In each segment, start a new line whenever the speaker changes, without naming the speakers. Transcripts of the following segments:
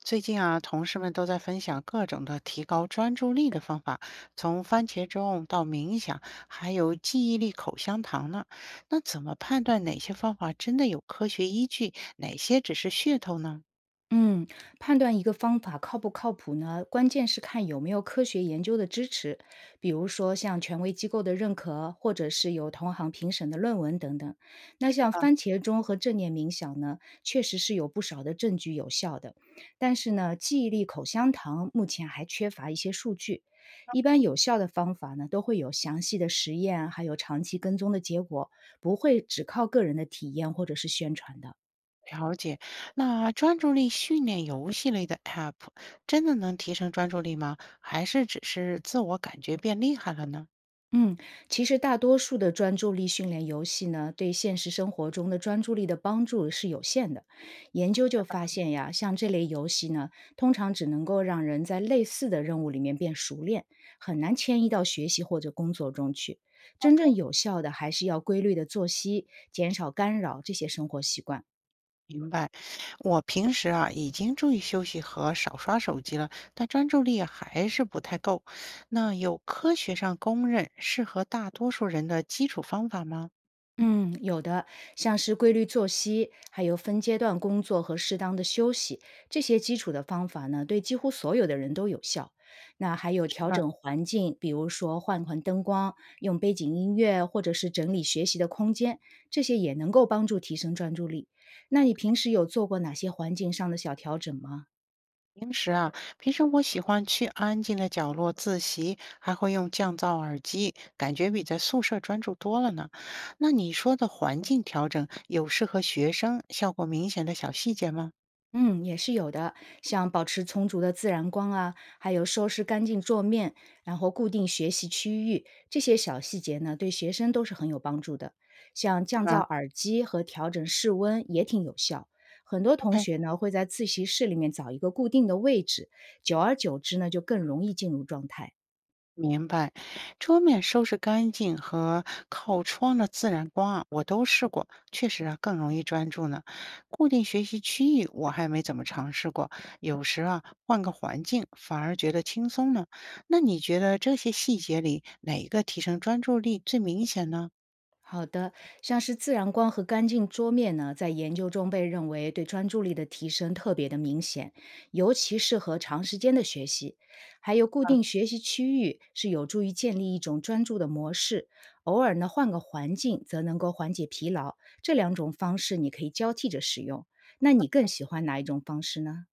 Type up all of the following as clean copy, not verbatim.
最近啊，同事们都在分享各种的提高专注力的方法，从番茄钟到冥想，还有记忆力口香糖呢。那怎么判断哪些方法真的有科学依据，哪些只是噱头呢？
嗯，判断一个方法靠不靠谱呢，关键是看有没有科学研究的支持，比如说像权威机构的认可，或者是有同行评审的论文等等。那像
啊，
番茄钟和正念冥想呢，确实是有不少的证据有效的，但是呢，记忆力口香糖目前还缺乏一些数据。一般有效的方法呢，都会有详细的实验，还有长期跟踪的结果，不会只靠个人的体验或者是宣传的。
了解。那专注力训练游戏类的 App 真的能提升专注力吗？还是只是自我感觉变厉害了呢？
嗯，其实大多数的专注力训练游戏呢，对现实生活中的专注力的帮助是有限的。研究就发现呀，像这类游戏呢，通常只能够让人在类似的任务里面变熟练，很难迁移到学习或者工作中去。真正有效的还是要规律的作息，减少干扰这些生活习惯。
明白，我平时啊已经注意休息和少刷手机了，但专注力还是不太够。那有科学上公认适合大多数人的基础方法吗？
嗯，有的，像是规律作息，还有分阶段工作和适当的休息，这些基础的方法呢，对几乎所有的人都有效。那还有
是
调
吧？
整环境，比如说换换灯光，用背景音乐，或者是整理学习的空间，这些也能够帮助提升专注力。那你平时有做过哪些环境上的小调整吗？
平时啊，平时我喜欢去安静的角落自习，还会用降噪耳机，感觉比在宿舍专注多了呢。那你说的环境调整有适合学生效果明显的小细节吗？
嗯，也是有的，像保持充足的自然光啊，还有收拾干净桌面，然后固定学习区域，这些小细节呢，对学生都是很有帮助的。像
是
降噪
吧
耳机和调整室温也挺有效。很多同
？OK。
学呢会在自习室里面找一个固定的位置，久而久之呢就更容易进入状态。
明白，桌面收拾干净和靠窗的自然光啊，我都试过，确实啊更容易专注呢。固定学习区域我还没怎么尝试过，有时啊换个环境反而觉得轻松呢。那你觉得这些细节里哪一个提升专注力最明显呢？
好的，像是自然光和干净桌面呢，在研究中被认为对专注力的提升特别的明显，尤其适合长时间的学习。还有固定学习区域是有助于建立一种专注的模式，偶尔呢换个环境则能够缓解疲劳。这两种方式你可以交替着使用。那你更喜欢哪一种方式呢？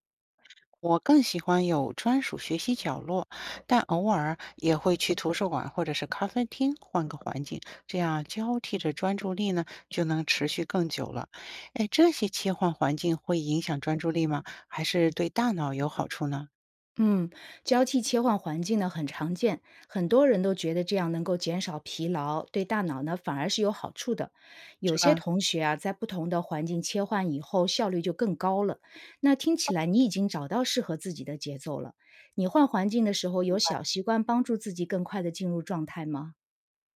我更喜欢有专属学习角落，但偶尔也会去图书馆或者是咖啡厅换个环境，这样交替着专注力呢，就能持续更久了。哎，这些切换环境会影响专注力吗？还是对大脑有好处呢？
嗯，交替切换环境呢很常见，很多人都觉得这样能够减少疲劳，对大脑呢反而是有好处的。
是
有些
吧？
同学啊，在不同的环境切换以后，效率就更高了。那听起来你已经找到适合自己的节奏了。你换环境的时候，有小习惯帮助自己更快的进入状态吗？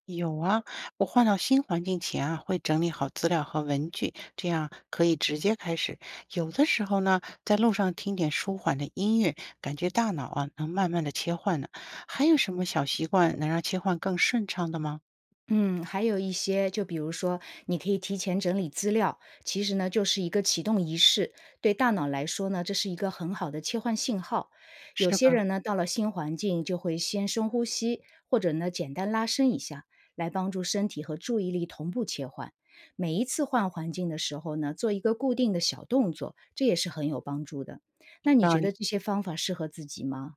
有啊，我换到新环境前啊，会整理好资料和文具，这样可以直接开始。有的时候呢，在路上听点舒缓的音乐，感觉大脑啊能慢慢的切换呢。还有什么小习惯能让切换更顺畅的吗？
嗯，还有一些，就比如说，你可以提前整理资料，其实呢，就是一个启动仪式。对大脑来说呢，这是一个很好的切换信号。有
是
些
吧？
人呢，到了新环境就会先深呼吸，或者呢，简单拉伸一下，来帮助身体和注意力同步切换。每一次换环境的时候呢，做一个固定的小动作，这也是很有帮助的。
有
那你
道
觉
理。
得这些方法适合自己吗？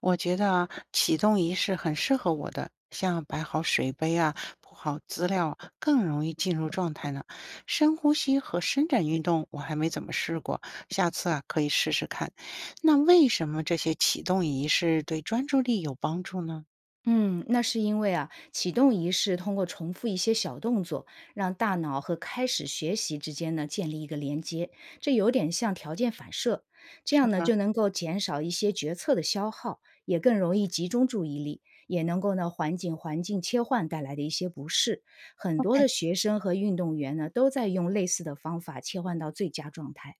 我觉得啊，启动仪式很适合我的，像摆好水杯啊，铺好资料啊，更容易进入状态呢。深呼吸和伸展运动我还没怎么试过，下次啊可以试试看。那为什么这些启动仪式对专注力有帮助呢？
嗯，那是因为啊，启动仪式通过重复一些小动作，让大脑和开始学习之间呢建立一个连接，这有点像条件反射，这样呢就能够减少一些决策的消耗，也更容易集中注意力，也能够呢缓解环境切换带来的一些不适。很多的学生和运动员呢都在用类似的方法切换到最佳状态。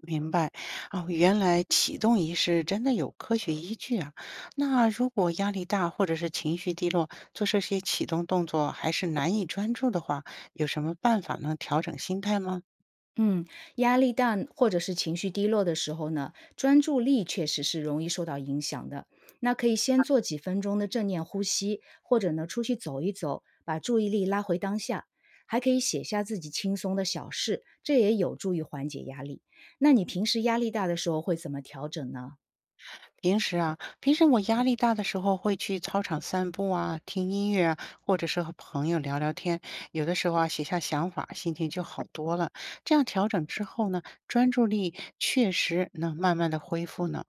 明白，哦，原来启动仪式真的有科学依据啊。那如果压力大或者是情绪低落，做这些启动动作还是难以专注的话，有什么办法能调整心态吗？
嗯，压力大或者是情绪低落的时候呢，专注力确实是容易受到影响的。那可以先做几分钟的正念呼吸，或者呢出去走一走，把注意力拉回当下。还可以写下自己轻松的小事，这也有助于缓解压力。那你平时压力大的时候会怎么调整呢？
平时我压力大的时候会去操场散步啊，听音乐啊，或者是和朋友聊聊天。有的时候啊，写下想法，心情就好多了。这样调整之后呢，专注力确实能慢慢的恢复呢，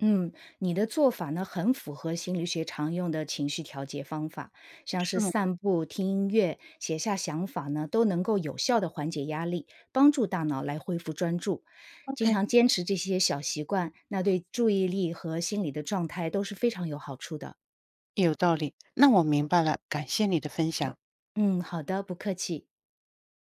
嗯，你的做法呢，很符合心理学常用的情绪调节方法，像
是
是
吗
散步、听音乐、写下想法呢，都能够有效的缓解压力，帮助大脑来恢复专注。经
？OK。
常坚持这些小习惯，那对注意力和心理的状态都是非常有好处的。
有道理，那我明白了，感谢你的分享。
嗯，好的，不客气。